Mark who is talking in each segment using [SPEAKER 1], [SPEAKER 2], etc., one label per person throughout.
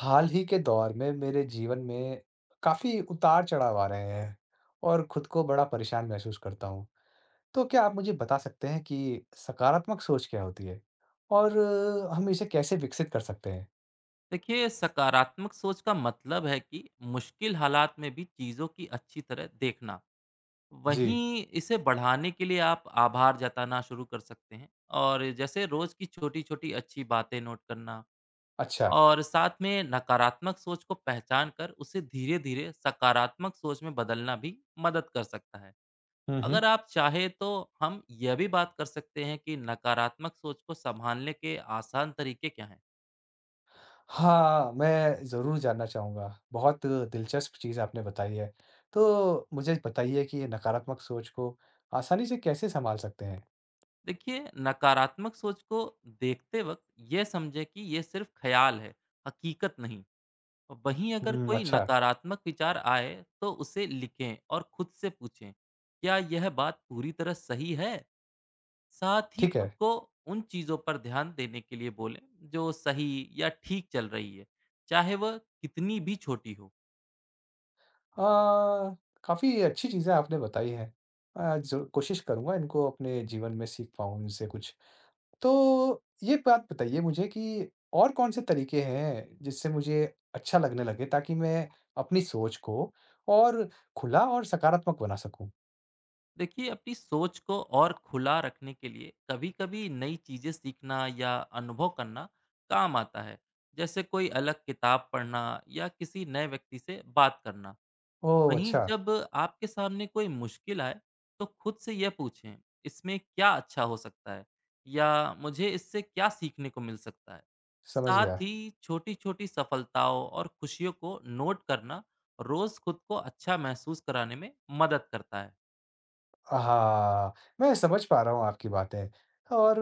[SPEAKER 1] हाल ही के दौर में मेरे जीवन में काफ़ी उतार-चढ़ाव आ रहे हैं और खुद को बड़ा परेशान महसूस करता हूँ। तो क्या आप मुझे बता सकते हैं कि सकारात्मक सोच क्या होती है और हम इसे कैसे विकसित कर सकते हैं?
[SPEAKER 2] देखिए सकारात्मक सोच का मतलब है कि मुश्किल हालात में भी चीज़ों की अच्छी तरह देखना।
[SPEAKER 1] जी,
[SPEAKER 2] वहीं इसे बढ़ाने के लिए आप आभार जताना शुरू कर सकते हैं, और जैसे रोज की छोटी छोटी अच्छी बातें नोट करना।
[SPEAKER 1] अच्छा।
[SPEAKER 2] और साथ में नकारात्मक सोच को पहचान कर उसे धीरे धीरे सकारात्मक सोच में बदलना भी मदद कर सकता है।
[SPEAKER 1] हुँ, हुँ।
[SPEAKER 2] अगर आप चाहे तो हम यह भी बात कर सकते हैं कि नकारात्मक सोच को संभालने के आसान तरीके क्या हैं।
[SPEAKER 1] हाँ, मैं ज़रूर जानना चाहूँगा। बहुत दिलचस्प चीज़ आपने बताई है। तो मुझे बताइए कि ये नकारात्मक सोच को आसानी से कैसे सँभाल सकते हैं?
[SPEAKER 2] देखिए नकारात्मक सोच को देखते वक्त ये समझे कि ये सिर्फ ख्याल है, हकीकत नहीं। और वहीं अगर
[SPEAKER 1] हुँ,
[SPEAKER 2] कोई
[SPEAKER 1] अच्छा,
[SPEAKER 2] नकारात्मक विचार आए, तो उसे लिखें और खुद से पूछें क्या यह बात पूरी तरह सही है। साथ ही
[SPEAKER 1] ठीक
[SPEAKER 2] खुद
[SPEAKER 1] है।
[SPEAKER 2] को उन चीज़ों पर ध्यान देने के लिए बोलें जो सही या ठीक चल रही है, चाहे वह कितनी भी छोटी हो।
[SPEAKER 1] अ, काफ़ी अच्छी चीज़ें आपने बताई हैं। ज़रू कोशिश करूँगा इनको अपने जीवन में सीख पाऊँ इनसे कुछ। तो ये बात बताइए मुझे कि और कौन-से तरीके हैं जिससे मुझे अच्छा लगने लगे ताकि मैं अपनी सोच को और खुला और सकारात्मक बना सकूँ?
[SPEAKER 2] देखिए अपनी सोच को और खुला रखने के लिए कभी-कभी नई चीजें सीखना या अनुभव करना काम आता है, जैसे कोई अलग किताब पढ़ना या किसी नए व्यक्ति से बात करना।
[SPEAKER 1] ओह!
[SPEAKER 2] वहीं
[SPEAKER 1] अच्छा,
[SPEAKER 2] जब आपके सामने कोई मुश्किल आए, तो खुद से यह पूछें इसमें क्या अच्छा हो सकता है या मुझे इससे क्या सीखने को मिल सकता है।
[SPEAKER 1] समझ
[SPEAKER 2] साथ
[SPEAKER 1] गया।
[SPEAKER 2] ही छोटी-छोटी सफलताओं और खुशियों को नोट करना रोज खुद को अच्छा महसूस कराने में मदद करता है।
[SPEAKER 1] हाँ, मैं समझ पा रहा हूँ आपकी बातें और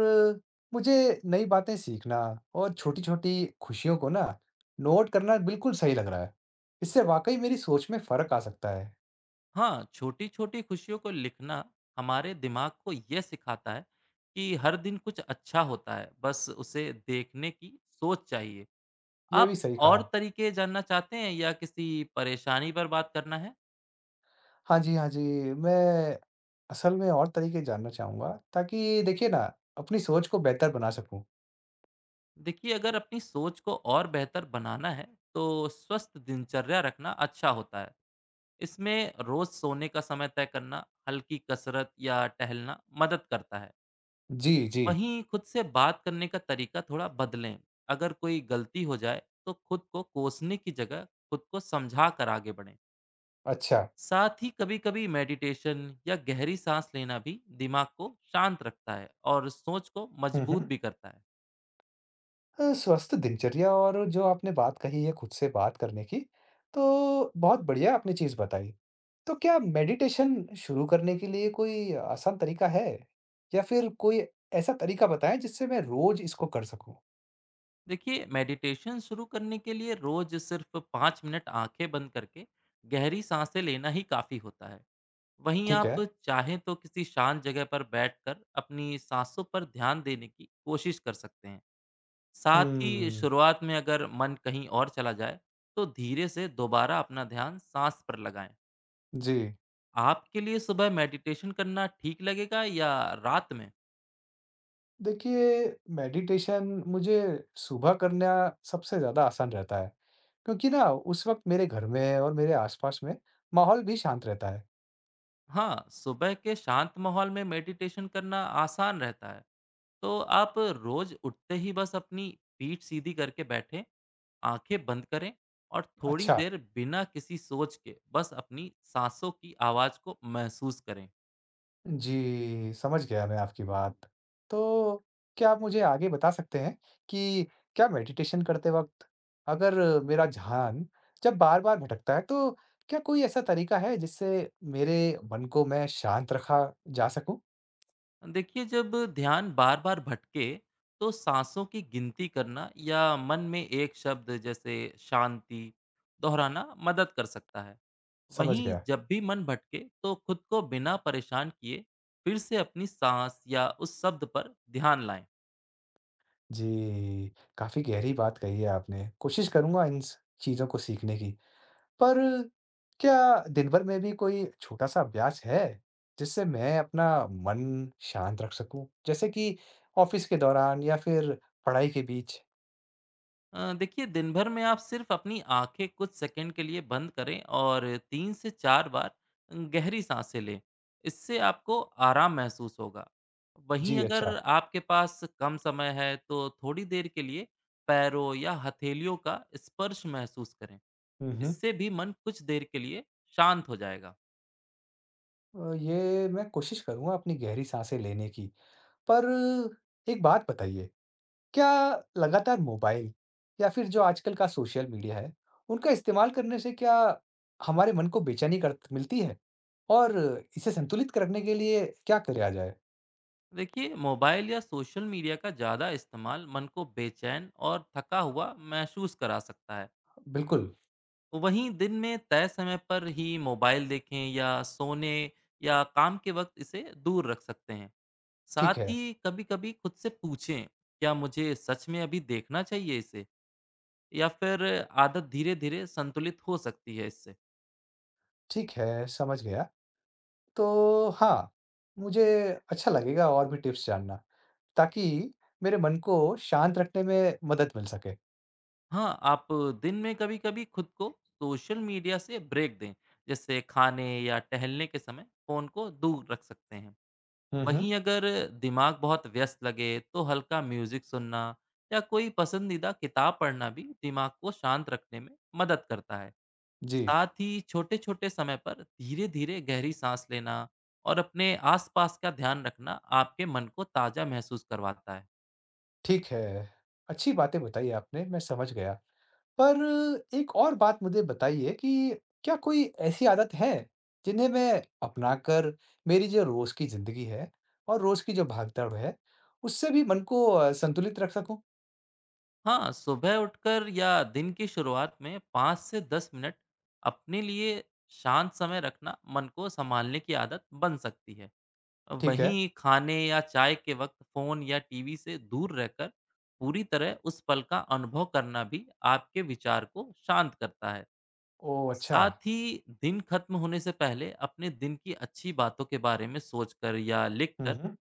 [SPEAKER 1] मुझे नई बातें सीखना और छोटी-छोटी खुशियों को ना नोट करना बिल्कुल सही लग रहा है। इससे वाक़ई मेरी सोच में फ़र्क आ सकता है,
[SPEAKER 2] हाँ छोटी-छोटी खुशियों को लिखना हमारे दिमाग को ये सिखाता है कि हर दिन कुछ अच्छा होता है, बस उसे देखने की सोच चाहिए।
[SPEAKER 1] ये
[SPEAKER 2] आप
[SPEAKER 1] भी सही
[SPEAKER 2] और
[SPEAKER 1] कहा।
[SPEAKER 2] तरीके जानना चाहते हैं या किसी परेशानी पर बात करना है?
[SPEAKER 1] हाँ जी, हाँ जी, मैं असल में और तरीके जानना चाहूँगा ताकि देखिए ना अपनी सोच को बेहतर बना सकूँ।
[SPEAKER 2] देखिए अगर अपनी सोच को और बेहतर बनाना है, तो स्वस्थ दिनचर्या रखना अच्छा होता है। इसमें रोज़ सोने का समय तय करना, हल्की कसरत या टहलना मदद करता है।
[SPEAKER 1] जी, जी,
[SPEAKER 2] वहीं खुद से बात करने का तरीका थोड़ा बदलें। अगर कोई गलती हो जाए, तो खुद को कोसने की जगह खुद को समझा कर आगे बढ़ें।
[SPEAKER 1] अच्छा।
[SPEAKER 2] साथ ही कभी-कभी मेडिटेशन या गहरी सांस लेना भी दिमाग को शांत रखता है और सोच को
[SPEAKER 1] हुँ,
[SPEAKER 2] मजबूत
[SPEAKER 1] हुँ।
[SPEAKER 2] भी करता है।
[SPEAKER 1] स्वस्थ दिनचर्या और जो आपने बात कही है खुद से बात करने की, तो बहुत बढ़िया आपने चीज़ बताई। तो क्या मेडिटेशन शुरू करने के लिए कोई आसान तरीका है? या फिर कोई ऐसा तरीका बताएँ जिससे मैं रोज़ इसको कर सकूँ?
[SPEAKER 2] देखिए, मेडिटेशन शुरू करने के लिए रोज सिर्फ 5 मिनट आंखें बंद करके गहरी सांसें लेना ही काफ़ी होता है। वहीं
[SPEAKER 1] ठीक है।
[SPEAKER 2] आप चाहें तो किसी शांत जगह पर बैठकर अपनी सांसों पर ध्यान देने की कोशिश कर सकते हैं। साथ ही
[SPEAKER 1] हुँ,
[SPEAKER 2] शुरुआत में अगर मन कहीं और चला जाए, तो धीरे से दोबारा अपना ध्यान सांस पर लगाएं।
[SPEAKER 1] जी।
[SPEAKER 2] आपके लिए सुबह मेडिटेशन करना ठीक लगेगा या रात में?
[SPEAKER 1] देखिए मेडिटेशन मुझे सुबह करना सबसे ज़्यादा आसान रहता है, क्योंकि ना उस वक़्त मेरे घर में और मेरे आस-पास में माहौल भी शांत रहता है।
[SPEAKER 2] हाँ, सुबह के शांत माहौल में मेडिटेशन करना आसान रहता है। तो आप रोज उठते ही बस अपनी पीठ सीधी करके बैठें, आंखें बंद करें और थोड़ी
[SPEAKER 1] अच्छा।
[SPEAKER 2] देर बिना किसी सोच के बस अपनी सांसों की आवाज को महसूस करें।
[SPEAKER 1] जी, समझ गया मैं आपकी बात। तो क्या आप मुझे आगे बता सकते हैं कि क्या मेडिटेशन करते वक़्त अगर मेरा ध्यान जब बार-बार भटकता है, तो क्या कोई ऐसा तरीका है जिससे मेरे मन को मैं शांत रखा जा सकूँ?
[SPEAKER 2] देखिए जब ध्यान बार बार भटके तो सांसों की गिनती करना या मन में एक शब्द जैसे शांति दोहराना मदद कर सकता है।
[SPEAKER 1] समझ
[SPEAKER 2] वहीं
[SPEAKER 1] गया।
[SPEAKER 2] जब भी मन भटके तो खुद को बिना परेशान किए फिर से अपनी सांस या उस शब्द पर ध्यान लाएं।
[SPEAKER 1] जी, काफ़ी गहरी बात कही है आपने। कोशिश करूँगा इन स चीज़ों को सीखने की। पर क्या दिन भर में भी कोई छोटा-सा अभ्यास है, जिससे मैं अपना मन शांत रख सकूँ? जैसे कि ऑफ़िस के दौरान या फिर पढ़ाई के बीच?
[SPEAKER 2] देखिए दिन भर में आप सिर्फ अपनी आंखें कुछ सेकंड के लिए बंद करें और 3 से 4 बार गहरी सांसें लें। इससे आपको आराम महसूस होगा। वहीं
[SPEAKER 1] जी,
[SPEAKER 2] अगर
[SPEAKER 1] अच्छा।
[SPEAKER 2] आपके पास कम समय है तो थोड़ी देर के लिए पैरों या हथेलियों का स्पर्श महसूस करें।
[SPEAKER 1] हुँ, हुँ।
[SPEAKER 2] इससे भी मन कुछ देर के लिए शांत हो जाएगा।
[SPEAKER 1] ये मैं कोशिश करूँगा अपनी गहरी साँसें लेने की। पर एक बात बताइए, क्या लगातार मोबाइल या फिर जो आजकल का सोशल मीडिया है, उनका इस्तेमाल करने से क्या हमारे मन को बेचैनी करत मिलती है? और इसे संतुलित करने के लिए क्या करा जाए?
[SPEAKER 2] देखिए मोबाइल या सोशल मीडिया का ज़्यादा इस्तेमाल मन को बेचैन और थका हुआ महसूस करा सकता है।
[SPEAKER 1] बिल्कुल।
[SPEAKER 2] तो वहीं दिन में तय समय पर ही मोबाइल देखें, या सोने या काम के वक्त इसे दूर रख सकते हैं।
[SPEAKER 1] ठीक
[SPEAKER 2] साथ
[SPEAKER 1] है,
[SPEAKER 2] ही कभी-कभी खुद से पूछें, क्या मुझे सच में अभी देखना चाहिए इसे? या फिर आदत धीरे-धीरे संतुलित हो सकती है इससे।
[SPEAKER 1] ठीक है, समझ गया। तो हाँ, मुझे अच्छा लगेगा और भी टिप्स जानना, ताकि मेरे मन को शांत रखने में मदद मिल सके।
[SPEAKER 2] हाँ, आप दिन में कभी-कभी खुद को सोशल मीडिया से ब्रेक दें, जैसे खाने या टहलने के समय फ़ोन को दूर रख सकते हैं।
[SPEAKER 1] हुँ, हुँ।
[SPEAKER 2] वहीं अगर दिमाग बहुत व्यस्त लगे तो हल्का म्यूजिक सुनना या कोई पसंदीदा किताब पढ़ना भी दिमाग को शांत रखने में मदद करता है।
[SPEAKER 1] जी,
[SPEAKER 2] साथ ही छोटे छोटे समय पर धीरे धीरे गहरी सांस लेना और अपने आसपास का ध्यान रखना आपके मन को ताज़ा महसूस करवाता है।
[SPEAKER 1] ठीक है। अच्छी बातें बताई आपने, मैं समझ गया। पर एक और बात मुझे बताइए कि क्या कोई ऐसी आदत है, जिन्हें मैं अपनाकर मेरी जो रोज़ की ज़िंदगी है और रोज़ की जो भागदौड़ है, उससे भी मन को संतुलित रख सकूँ?
[SPEAKER 2] हाँ सुबह उठकर या दिन की शुरुआत में 5 से 10 मिनट अपने लिए शांत समय रखना मन को संभालने की आदत बन सकती है।
[SPEAKER 1] ठीक है।
[SPEAKER 2] वहीं खाने या चाय के वक्त फोन या टीवी से दूर रहकर पूरी तरह उस पल का अनुभव करना भी आपके विचार को शांत करता है।
[SPEAKER 1] ओह! अच्छा।
[SPEAKER 2] साथ ही दिन खत्म होने से पहले अपने दिन की अच्छी बातों के बारे में सोचकर या
[SPEAKER 1] हुँ,
[SPEAKER 2] लिखकर
[SPEAKER 1] हुँ।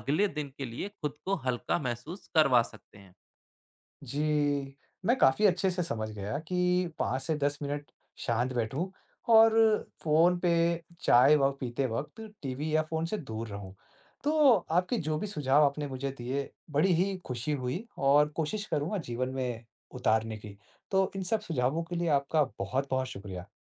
[SPEAKER 2] अगले दिन के लिए खुद को हल्का महसूस करवा सकते हैं।
[SPEAKER 1] जी, मैं काफ़ी अच्छे से समझ गया कि 5 से 10 मिनट शांत बैठूँ और फ़ोन पे चाय व पीते वक़्त टीवी या फ़ोन से दूर रहूँ। तो आपके जो भी सुझाव आपने मुझे दिए, बड़ी ही खुशी हुई और कोशिश करूँगा जीवन में उतारने की। तो इन सब सुझावों के लिए आपका बहुत-बहुत शुक्रिया।